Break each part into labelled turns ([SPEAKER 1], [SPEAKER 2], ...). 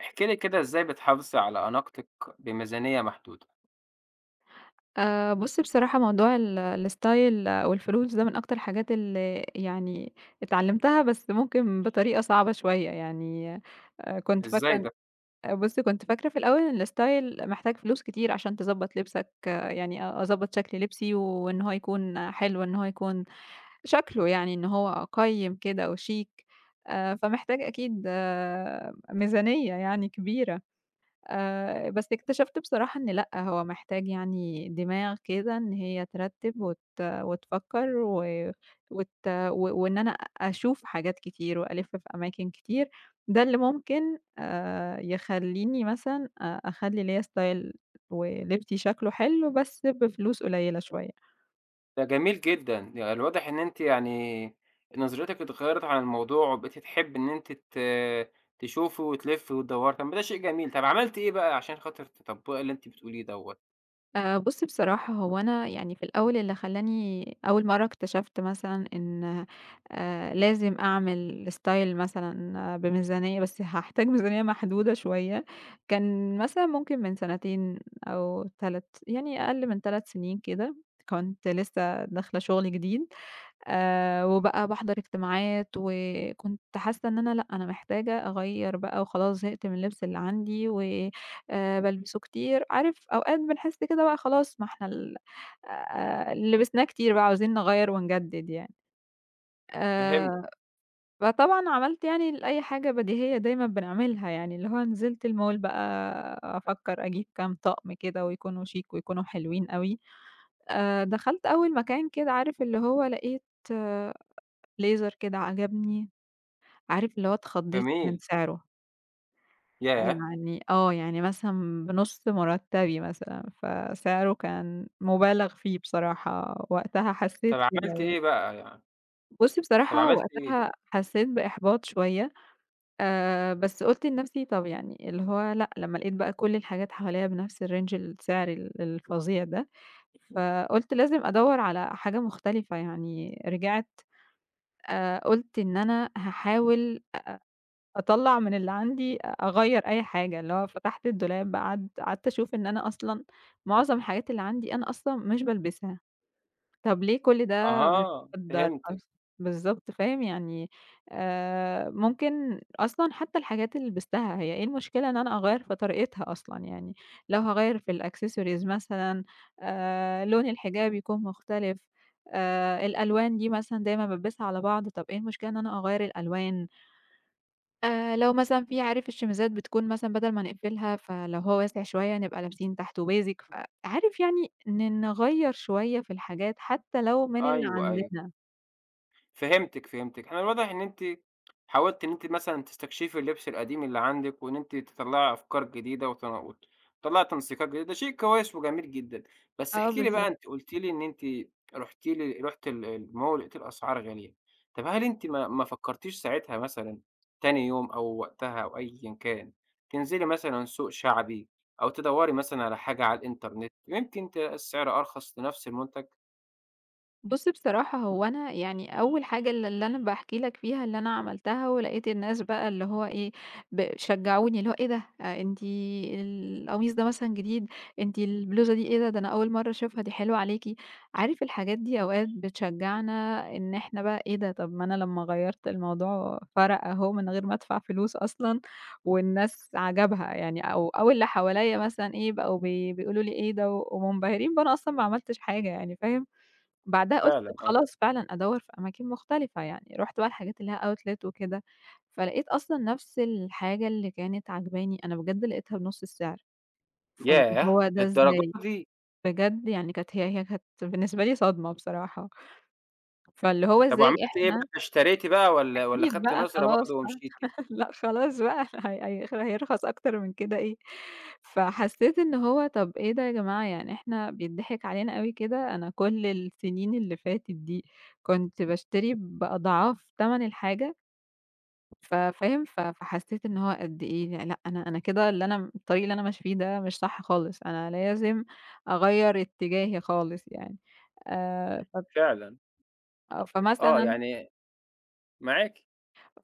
[SPEAKER 1] احكِ لي كده إزاي بتحافظي على أناقتِك بميزانية محدودة؟
[SPEAKER 2] بُص بصراحة موضوع ال الstyle والفلوس ده من أكتر الحاجات اللي يعني اتعلمتها، بس ممكن بطريقة صعبة شوية. يعني كنت
[SPEAKER 1] إزاي
[SPEAKER 2] فاكرة إن
[SPEAKER 1] ده؟
[SPEAKER 2] بُص كنت فاكرة في الأول إن الstyle محتاج فلوس كتير عشان تضبّط لبسك. أه يعني أضبّط شكل لبسي، وإن هو يكون حلو، إن هو يكون شكله يعني إن هو قيّم كده وشيك. فمحتاج أكيد أه ميزانية يعني كبيرة. بس اكتشفت بصراحة إن لأ، هو محتاج يعني دماغ كده إن هي ترتّب وتفكّر و وإن أنا أشوف حاجات كتير وألِف في أماكن كتير. ده اللي ممكن يخلّيني مثلًا أخلّي ليّا style، ولبسي شكله حلو بس بفلوس قليّلة شوية.
[SPEAKER 1] ده جميل جدًا، يعني الواضح إن أنتِ يعني نظرتِك اتغيّرت عن الموضوع وبقيتِ تحبّي إن أنتِ تشوفي وتلفّي وتدوّري، طَب ما ده شيء جميل، طَب عملتِ إيه بقى عشان خاطر تطبّقي اللي أنتِ بتقوليه دوّة؟
[SPEAKER 2] بُصّي بصراحة هو أنا يعني في الأول اللي خلّاني أول مرّة اكتشفت مثلًا إن لازم أعمل style مثلًا آه، بميزانية، بس هاحتاج ميزانية محدودة شوية. كان مثلًا ممكن من سنتين أو 3، يعني أقل من 3 سنين كده. كنت لسه داخلة شغل جديد. وبقى باحضر اجتماعات، وكنت حاسة إن أنا لأ، أنا محتاجة أغيّر بقى وخلاص، زهقت من اللبس اللي عندي و بالبسه كتير. عارف، أوقات بنحس كده بقى خلاص، ما إحنا ال لبسناه كتير بقى، عاوزين نغيّر ونجدد يعني.
[SPEAKER 1] فهمت،
[SPEAKER 2] آآ، فطبعًا عملت يعني أي حاجة بديهية دايمًا بنعملها يعني، اللي هو نزلت المول بقى أفكّر أجيب كام طقم كده ويكونوا شيك ويكونوا حلوين أوي. دخلت أول مكان، كده عارف اللي هو لقيت blazer كده عجبني. عارف اللي هو اتخضيت من
[SPEAKER 1] جميل،
[SPEAKER 2] سعره.
[SPEAKER 1] ياه!
[SPEAKER 2] أيوه يعني آه، يعني مثلًا بنُص مرتبي مثلًا، فسعره كان مُبالغ فيه بصراحة، وقتها حسيت
[SPEAKER 1] طَب
[SPEAKER 2] كده
[SPEAKER 1] عملتِ
[SPEAKER 2] يعني.
[SPEAKER 1] إيه بقى يعني؟
[SPEAKER 2] بُصّي
[SPEAKER 1] طَب
[SPEAKER 2] بصراحة
[SPEAKER 1] عملتِ إيه؟
[SPEAKER 2] وقتها حسيت بإحباط شوية. بس قُلت لنفسي طب يعني اللي هو لأ، لمّا لقيت بقى كل الحاجات حواليّا بنفس الrange، السعر الفظيع ده، فقُلت لازم أدوّر على حاجة مختلفة يعني. رجعت قُلت إن أنا هاحاول أطلّع من اللي عندي أغيّر أي حاجة، اللي هو فتحت الدولاب قعدت قعدت أشوف إن أنا أصلًا معظم الحاجات اللي عندي أنا أصلًا مش بالبسها. طَب ليه كل ده
[SPEAKER 1] أها،
[SPEAKER 2] متقدّر
[SPEAKER 1] فهمتِك،
[SPEAKER 2] أصلًا؟ بالضبط فاهم، يعني ممكن أصلًا حتى الحاجات اللي لبستها، هي إيه المشكلة إن أنا أغيّر في طريقتها أصلًا يعني. لو هاغيّر في الaccessories مثلًا، لون الحجاب يكون مختلف. الألوان دي مثلًا دايمًا بالبسها على بعض، طَب إيه المشكلة إن أنا أغيّر الألوان؟ لو مثلًا في عارف الشيميزات بتكون مثلًا بدل ما نقفلها، فلو هو واسع شوية نبقى لابسين تحته basic، فعارف يعني نغيّر شوية في الحاجات حتى لو من اللي
[SPEAKER 1] أيوه، أيوه.
[SPEAKER 2] عندنا.
[SPEAKER 1] فهمتِك، فهمتِك. أنا الواضح إن أنتِ حاولتِ إن أنتِ مثلًا تستكشفي اللبس القديم اللي عندِك، وإن أنتِ تطلّعي أفكار جديدة وت وتطلّعي تنسيقات جديدة، ده شيء كويس وجميل جدًا. بس
[SPEAKER 2] آه
[SPEAKER 1] احكي لي بقى،
[SPEAKER 2] بالضبط.
[SPEAKER 1] أنتِ قُلتِ لي إن أنتِ رُحتِ المول لقيتِ الأسعار غالية. طَب هل أنتِ ما فكرتيش ساعتها مثلًا تاني يوم أو وقتها أو أيًا كان، تنزلي مثلًا سوق شعبي أو تدوّري مثلًا على حاجة على الإنترنت، يمكن تلاقي السعر أرخص لنفس المنتج؟
[SPEAKER 2] بُص بصراحة هو أنا يعني أول حاجة اللي أنا باحكي لك فيها اللي أنا عملتها، ولقيت الناس بقى اللي هو إيه، شجعوني اللي هو إيه ده! أنتِ القميص ده مثلًا جديد، أنتِ البلوزة دي إيه ده! ده أنا أول مرّة أشوفها، دي حلوة عليكِ. عارف الحاجات دي أوقات بتشجعنا إن إحنا بقى إيه ده! طب ما أنا لمّا غيّرت الموضوع فرق أهو، من غير ما أدفع فلوس أصلًا، والناس عجبها يعني، أو أو اللي حواليّا مثلًا إيه، بقوا بيقولوا لي إيه ده، ومنبهرين بأنا أصلًا ما عملتش حاجة يعني فاهم؟ بعدها قُلت
[SPEAKER 1] فعلًا،
[SPEAKER 2] طب
[SPEAKER 1] آه.
[SPEAKER 2] خلاص فعلًا أدوّر في أماكن مختلفة، يعني رُحت بقى الحاجات اللي ليها outlet وكده. فلقيت أصلًا نفس الحاجة اللي كانت عاجباني، أنا بجد لقيتها بنُص السعر. فاللي
[SPEAKER 1] ياه!
[SPEAKER 2] هو ده
[SPEAKER 1] للدرجة
[SPEAKER 2] إزاي؟
[SPEAKER 1] دي؟!
[SPEAKER 2] بجد يعني كانت هي كانت بالنسبة لي صدمة بصراحة. فاللي هو
[SPEAKER 1] طب
[SPEAKER 2] إزاي
[SPEAKER 1] وعملتِ إيه بقى،
[SPEAKER 2] إحنا
[SPEAKER 1] اشتريتِ بقى والّا
[SPEAKER 2] أكيد
[SPEAKER 1] خدتِ
[SPEAKER 2] بقى
[SPEAKER 1] نظرة
[SPEAKER 2] خلاص
[SPEAKER 1] برضه
[SPEAKER 2] بقى
[SPEAKER 1] ومشيتِ؟
[SPEAKER 2] لأ خلاص بقى هي هيرخص أكتر من كده إيه. فحسيت إن هو طَب إيه ده يا جماعة، يعني إحنا بيتضحك علينا أوي كده. أنا كل السنين اللي فاتت دي كنت باشتري بأضعاف تمن الحاجة. فاهم، فحسيت إن هو قد إيه يعني لأ، أنا كده اللي أنا الطريق اللي أنا ماشية فيه ده مش صح خالص. أنا لازم أغيّر اتجاهي خالص يعني ف
[SPEAKER 1] فعلًا،
[SPEAKER 2] آه.
[SPEAKER 1] آه،
[SPEAKER 2] فمثلًا
[SPEAKER 1] يعني معاكِ،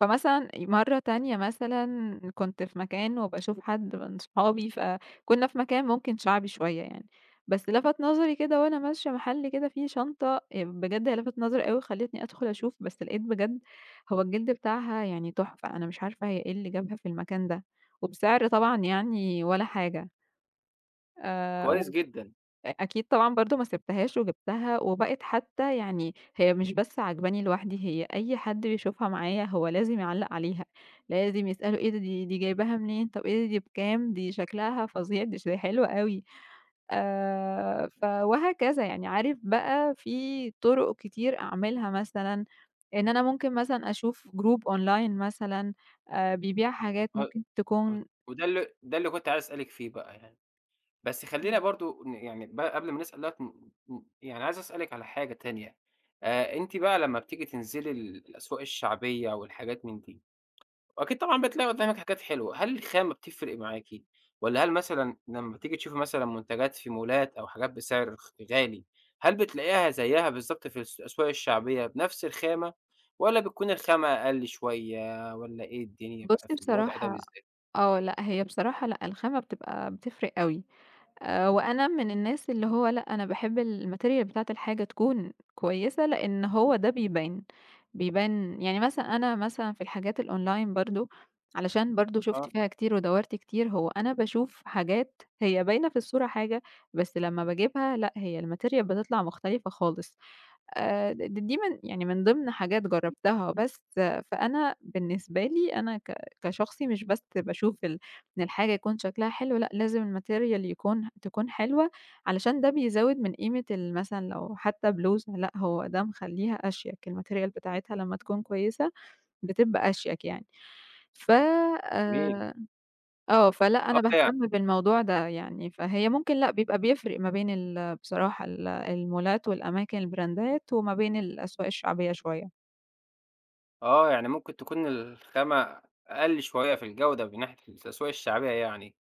[SPEAKER 2] فمثلًا مرّة تانية مثلًا كنت في مكان وباشوف حد من صحابي، فكنا في مكان ممكن شعبي شوية يعني. بس لفت نظري كده وأنا ماشية محل كده فيه شنطة، بجد هي لفت نظري أوي، خلّتني أدخل أشوف. بس لقيت بجد هو الجلد بتاعها يعني تحفة، أنا مش عارفة هي إيه اللي جابها في المكان ده، وبسعر طبعًا يعني ولا حاجة.
[SPEAKER 1] كويس
[SPEAKER 2] و
[SPEAKER 1] جدًا،
[SPEAKER 2] أكيد طبعًا برضه ما سِبتهاش وجِبتها، وبقِت حتى يعني هي مش بس عاجباني لوحدي، هي أي حد بيشوفها معايا هو لازم يعلّق عليها، لازم يسألوا إيه ده دي جايباها منين؟ طَب إيه ده دي بكام؟ دي شكلها فظيع، دي حلوة أوي. ف وهكذا يعني. عارف بقى في طُرق كتير أعملها مثلًا، إن أنا ممكن مثلًا أشوف group online مثلًا بيبيع حاجات
[SPEAKER 1] آه،
[SPEAKER 2] ممكن
[SPEAKER 1] و
[SPEAKER 2] تكون
[SPEAKER 1] وده اللي ده اللي كنت عايز أسألِك فيه بقى يعني، بس خلّينا برضه يعني بقى قبل ما نسأل دوّة ن ن يعني عايز أسألِك على حاجة تانية. أنتِ بقى لمّا بتيجي تنزلي الأسواق الشعبية والحاجات من دي وأكيد طبعًا بتلاقي قدّامِك حاجات حلوة، هل الخامة بتفرق معاكِ؟ والّا هل مثلًا لمّا تيجي تشوفي مثلًا منتجات في مولات أو حاجات بسعر غالي، هل بتلاقيها زيّها بالضبط في الأسواق الشعبية بنفس الخامة، والّا بتكون الخامة أقل شوية والّا إيه الدنيا بقى
[SPEAKER 2] بُصّي
[SPEAKER 1] في الوضع ده
[SPEAKER 2] بصراحة
[SPEAKER 1] بالذات؟
[SPEAKER 2] آه، لأ هي بصراحة لأ، الخامة بتبقى بتفرق أوي. وأنا من الناس اللي هو لأ، أنا باحب الmaterial بتاعة الحاجة تكون كويسة، لإن هو ده بيبان. بيبان يعني مثلًا أنا مثلًا في الحاجات الonline برضه، علشان برضه
[SPEAKER 1] آه
[SPEAKER 2] شُفت فيها كتير ودوّرت كتير، هو أنا باشوف حاجات هي باينة في الصورة حاجة، بس لمّا باجيبها لأ، هي الmaterial بتطلع مختلفة خالص. دي من يعني من ضمن حاجات جرّبتها. بس آه، فأنا بالنسبة لي أنا كشخصي مش بس باشوف إن الحاجة يكون شكلها حلو، لأ لازم الmaterial تكون حلوة، علشان ده بيزوّد من قيمة مثلًا لو حتى بلوزة، لأ هو ده مخلّيها أشيك، الmaterial بتاعتها لمّا تكون كويسة بتبقى أشيك يعني. ف
[SPEAKER 1] جميل،
[SPEAKER 2] آآ آه، فلأ
[SPEAKER 1] آه
[SPEAKER 2] أنا
[SPEAKER 1] يع
[SPEAKER 2] باهتم بالموضوع ده يعني، فهي ممكن لأ بيبقى بيفرق ما بين بصراحة المولات والأماكن البراندات وما بين الأسواق الشعبية شوية.
[SPEAKER 1] آه يعني ممكن تكون الخامة أقل شوية في الجودة من ناحية الأسواق الشعبية يعني،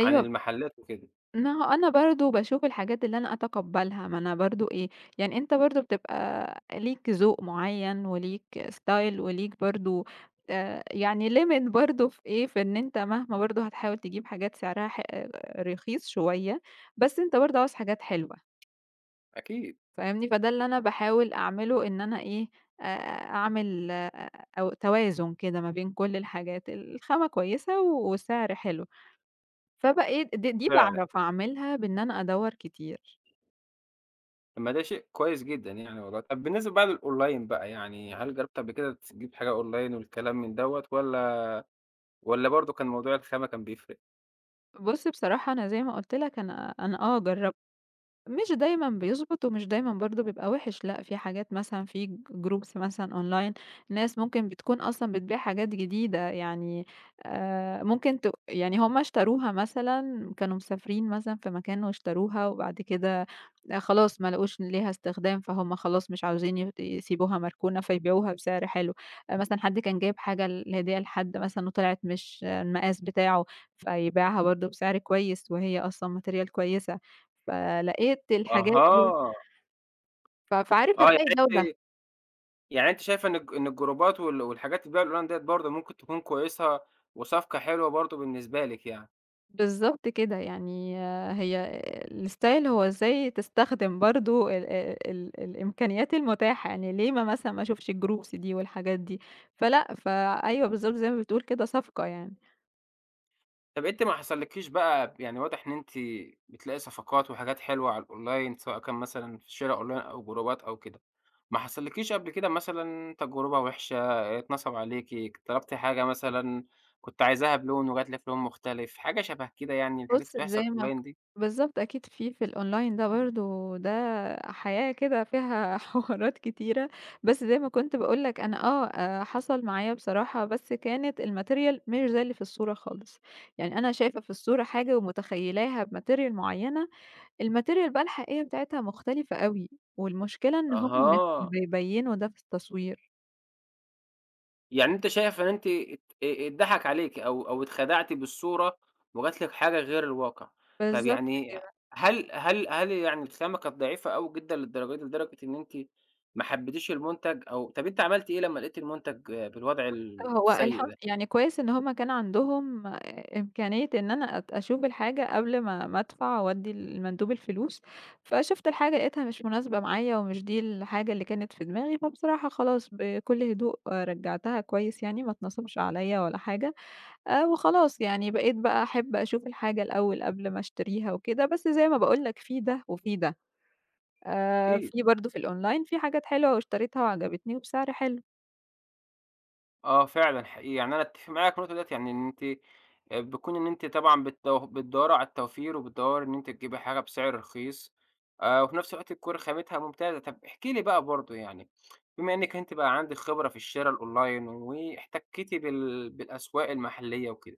[SPEAKER 1] عن المحلات وكده،
[SPEAKER 2] ما هو أنا برضه باشوف الحاجات اللي أنا أتقبّلها، ما أنا برضه إيه، يعني أنت برضه بتبقى ليك ذوق معيّن وليك style وليك برضه يعني limit برضه في إيه، في إن أنت مهما برضه هتحاول تجيب حاجات سعرها رخيص شوية، بس أنت برضه عاوز حاجات حلوة.
[SPEAKER 1] أكيد
[SPEAKER 2] فاهمني؟ فده اللي أنا باحاول أعمله إن أنا إيه، آآ أعمل آه، أو توازن كده ما بين كل الحاجات، الخامة كويسة والسعر حلو. فبقيت دي
[SPEAKER 1] فعلًا.
[SPEAKER 2] باعرف أعملها بإن أنا أدوّر كتير.
[SPEAKER 1] طب ما ده شيء كويس جدًا يعني والله. طب بالنسبة بقى للأونلاين بقى، يعني هل جرّبت قبل كده تجيب حاجة أونلاين والكلام من دوّة والّا برضه كان موضوع الخامة كان بيفرق؟
[SPEAKER 2] بُص بصراحة أنا زي ما قُلت لك أنا آه جرّبت، مش دايمًا بيضبط ومش دايمًا برضه بيبقى وِحِش، لأ، في حاجات مثلًا في groups مثلًا online، ناس ممكن بتكون أصلًا بتبيع حاجات جديدة، يعني ممكن يعني هُم اشتروها مثلًا، كانوا مسافرين مثلًا في مكان واشتروها وبعد كده آه، خلاص ما لقوش ليها استخدام، فهُم خلاص مش عاوزين يسيبوها مركونة فيبيعوها بسعر حلو. مثلًا حد كان جايب حاجة هدية لحد مثلًا وطلعت مش المقاس بتاعه، فيبيعها برضه بسعر كويس وهي أصلًا material كويسة. فلقيت الحاجات دي
[SPEAKER 1] أها،
[SPEAKER 2] فعارف
[SPEAKER 1] آه يعني
[SPEAKER 2] هتلاقي ده وده.
[SPEAKER 1] أنتِ يعني أنتِ شايفة إن إن الجروبات والحاجات اللي بتتباع أونلاين ديّة برضه ممكن تكون كويسة وصفقة حلوة برضه بالنسبة لِك يعني؟
[SPEAKER 2] بالضبط كده، يعني آه، هي الstyle هو إزاي تستخدم برضه ال ال ال الإمكانيات المتاحة، يعني ليه ما مثلًا ما أشوفش الgroups دي والحاجات دي، فلأ، فأيوه بالضبط زي ما بتقول كده صفقة يعني.
[SPEAKER 1] طب أنتِ ما حصلكيش بقى يعني واضح إن أنتِ بتلاقي صفقات وحاجات حلوة على الأونلاين، سواء كان مثلًا في شِرا أونلاين أو جروبات أو كده، ما حصلكيش قبل كده مثلًا تجربة وحشة، اتنصب عليكِ، طلبتِ حاجة مثلًا كنتِ عايزاها بلون وجات لِك لون مختلف، حاجة شبه كده يعني الحاجات اللي
[SPEAKER 2] بُص زي
[SPEAKER 1] بتحصل
[SPEAKER 2] ما
[SPEAKER 1] أونلاين دي؟
[SPEAKER 2] بالضبط أكيد في الأونلاين ده برضه ده حياة كده فيها حوارات كتيرة، بس زي ما كنت باقول لك أنا آه، حصل معايا بصراحة بس كانت الmaterial مش زي اللي في الصورة خالص، يعني أنا شايفة في الصورة حاجة ومتخيلاها بmaterial معيّنة، الmaterial بقى الحقيقية بتاعتها مختلفة أوي، والمشكلة إن هُم مش
[SPEAKER 1] أها.
[SPEAKER 2] بيبيّنوا ده في التصوير.
[SPEAKER 1] يعني أنت شايف إن أنتِ اتضحك عليكِ أو اتخدعتِ بالصورة وجات لِك حاجة غير الواقع. طب
[SPEAKER 2] بالضبط
[SPEAKER 1] يعني
[SPEAKER 2] كده.
[SPEAKER 1] هل يعني الخامة كانت ضعيفة أوي جدًا للدرجة دي، لدرجة إن أنتِ ما حبيتيش المنتج أو طب أنتِ عملتِ إيه لما لقيتِ المنتج بالوضع
[SPEAKER 2] هو الحم
[SPEAKER 1] السيء ده؟
[SPEAKER 2] يعني كويس إن هم كان عندهم إمكانية إن أنا أشوف الحاجة قبل ما أدفع وأدّي للمندوب الفلوس، فشُفت الحاجة لقيتها مش مناسبة معايا ومش دي الحاجة اللي كانت في دماغي، فبصراحة خلاص بكل هدوء آه، رجّعتها كويس يعني ما اتنصبش عليّا ولا حاجة. وخلاص يعني بقيت بقى أحب أشوف الحاجة الأول قبل ما أشتريها وكده، بس زي ما باقول لك في ده وفي ده،
[SPEAKER 1] احكِ لي.
[SPEAKER 2] في برضه في الأونلاين في حاجات حلوة واشتريتها وعجبتني وبسعر حلو.
[SPEAKER 1] آه فعلًا حقيقي، يعني أنا أتّفق معاكِ في النقطة ديّة، يعني إن أنتِ بكون إن أنتِ طبعًا بتدوّري على التوفير وبتدوّري إن أنتِ تجيبي حاجة بسعر رخيص، وفي نفس الوقت تكون خامتها ممتازة. طَب احكِ لي بقى برضه يعني، بما إنِّك أنتِ بقى عندِك خبرة في الشِرا الأونلاين واحتكيتِ بالأسواق المحلية وكده.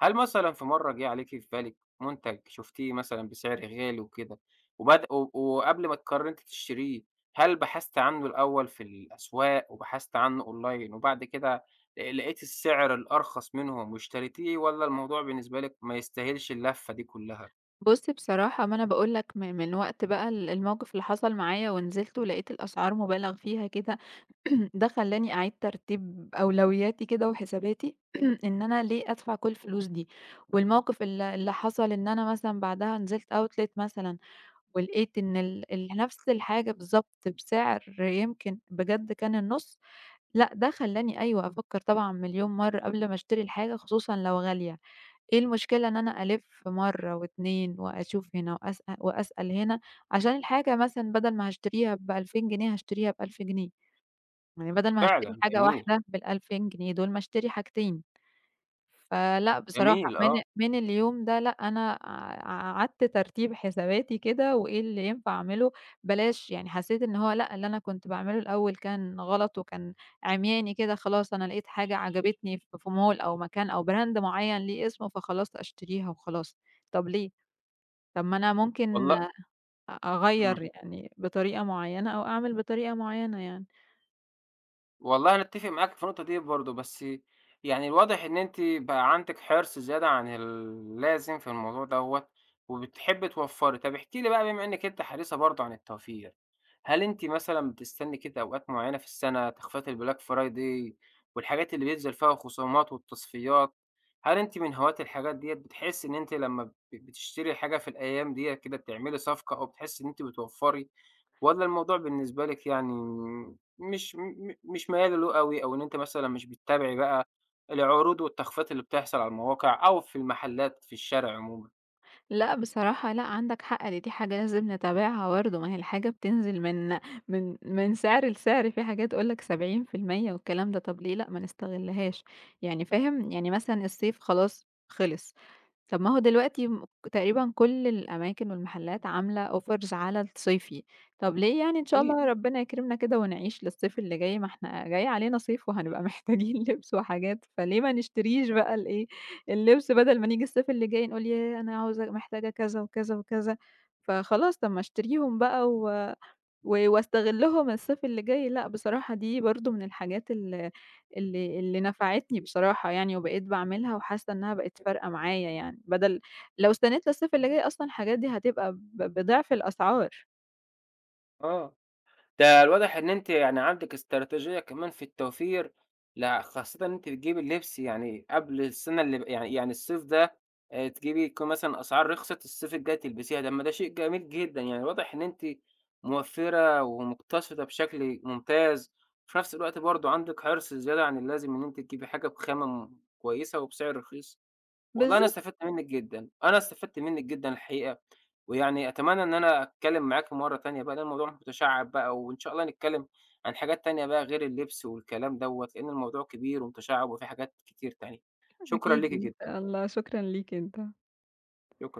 [SPEAKER 1] هل مثلًا في مرّة جِه عليكِ في بالِك منتج شُفتيه مثلًا بسعر غالي وكده، وبد و وقبل ما تقرري إن أنتِ تشتريه، هل بحثتِ عنه الأول في الأسواق وبحثتِ عنه أونلاين وبعد كده لقيتِ السعر الأرخص منهم واشتريتيه والّا الموضوع بالنسبة لِك ما يستاهلش اللفة دي كلّها؟
[SPEAKER 2] بُص بصراحة ما أنا باقول لك من وقت بقى الموقف اللي حصل معايا ونزلت ولقيت الأسعار مُبالغ فيها كده، ده خلّاني أعيد ترتيب أولوياتي كده وحساباتي إن أنا ليه أدفع كل الفلوس دي. والموقف اللي حصل إن أنا مثلًا بعدها نزلت outlet مثلًا ولقيت إن ال ال نفس الحاجة بالضبط بسعر يمكن بجد كان النُص. لأ ده خلّاني أيوه أفكّر طبعًا مليون مرّة قبل ما أشتري الحاجة خصوصًا لو غالية. إيه المشكلة إن أنا ألِف مرّة و2 وأشوف هنا وأسأل هنا، عشان الحاجة مثلًا بدل ما هاشتريها ب2000 جنيه هاشتريها ب1000 جنيه، يعني بدل ما هاشتري
[SPEAKER 1] فعلًا
[SPEAKER 2] حاجة
[SPEAKER 1] جميل،
[SPEAKER 2] واحدة بال2000 جنيه دول ما أشتري حاجتين. فلأ بصراحة
[SPEAKER 1] جميل آه،
[SPEAKER 2] من اليوم ده لأ أنا قعدت ترتيب حساباتي كده وإيه اللي ينفع أعمله. بلاش يعني حسيت إن هو لأ اللي أنا كنت باعمله الأول كان غلط وكان عمياني كده، خلاص أنا لقيت حاجة عجبتني في مول أو مكان أو براند معين ليه اسمه، فخلاص أشتريها وخلاص. طب ليه؟ طب ما أنا ممكن
[SPEAKER 1] والل إمم.
[SPEAKER 2] أغيّر يعني بطريقة معينة أو أعمل بطريقة معينة يعني.
[SPEAKER 1] والله أنا أتّفق معاكِ في النقطة دي برضه، بس يعني الواضح إن أنتِ بقى عندِك حِرص زيادة عن اللازم في الموضوع دوّة، وبتحبّي توفّري. طَب احكِ لي بقى بما إنِّك أنتِ حريصة برضه عن التوفير، هل أنتِ مثلًا بتستنّي كده أوقات معيّنة في السَنة، تخفيضات الBlack Friday والحاجات اللي بينزل فيها خصومات والتصفيات، هل أنتِ من هواة الحاجات ديّة، بتحسّي إن أنتِ لمّا بتشتري حاجة في الأيام ديّة كده بتعملي صفقة أو بتحسّي إن أنتِ بتوفّري والّا الموضوع بالنسبة لِك يعني مش ميّالة له أوي، أو إن أنتِ مثلًا مش بتتابعي بقى العروض والتخفيضات اللي بتحصل على المواقع أو في المحلات في الشارع عمومًا.
[SPEAKER 2] لأ بصراحة لأ، عندك حق، دي حاجة لازم نتابعها برضه، ما هي الحاجة بتنزل من سعر لسعر، في حاجات تقول لك 70% والكلام ده، طب ليه لأ، ما نستغلهاش. يعني فاهم؟ يعني مثلًا الصيف خلاص خلص. طب ما هو دلوقتي تقريبًا كل الأماكن والمحلات عاملة offers على الصيفي. طب ليه يعني إن شاء
[SPEAKER 1] أكيد،
[SPEAKER 2] الله ربنا يكرمنا كده ونعيش للصيف اللي جاي، ما إحنا جاي علينا صيف وهنبقى محتاجين لبس وحاجات، فليه ما نشتريش بقى الإيه، اللبس بدل ما نيجي الصيف اللي جاي نقول ياه أنا عاوزة محتاجة كذا وكذا وكذا، فخلاص طب ما أشتريهم بقى و و واستغلهم الصيف اللي جاي. لأ بصراحة دي برضه من الحاجات اللي نفعتني بصراحة يعني، وبقيت باعملها وحاسة إنها بقت فارقة معايا يعني، بدل لو استنيت للصيف اللي جاي أصلًا الحاجات دي هتبقى بضعف الأسعار.
[SPEAKER 1] آه. ده الواضح إن أنتِ يعني عندِك استراتيجية كمان في التوفير، خاصةً إن أنتِ بتجيبي اللبس يعني قبل السنة اللي ب يعني يعني الصيف ده تجيبي يكون مثلًا أسعار رخصت، الصيف الجاي تلبسيها، طب ما ده شيء جميل جدًا، يعني واضح إن أنتِ موفّرة ومقتصدة بشكل ممتاز، وفي نفس الوقت برضه عندِك حرص زيادة عن اللازم إن أنتِ تجيبي حاجة بخامة كويسة وبسعر رخيص. والله
[SPEAKER 2] بالض
[SPEAKER 1] أنا استفدت منِّك جدًا، أنا استفدت منِّك جدًا الحقيقة، ويعني أتمنى إن أنا أتكلّم معاكِ مرّة تانية بقى لإن الموضوع متشعّب بقى، وإن شاء الله نتكلّم عن حاجات تانية بقى غير اللبس والكلام دوّة، لإن الموضوع كبير ومتشعّب وفيه حاجات كتير تانية. شكرًا ليكِ
[SPEAKER 2] أكيد إن
[SPEAKER 1] جدًا،
[SPEAKER 2] شاء الله، شكرًا ليك أنت.
[SPEAKER 1] شكرًا.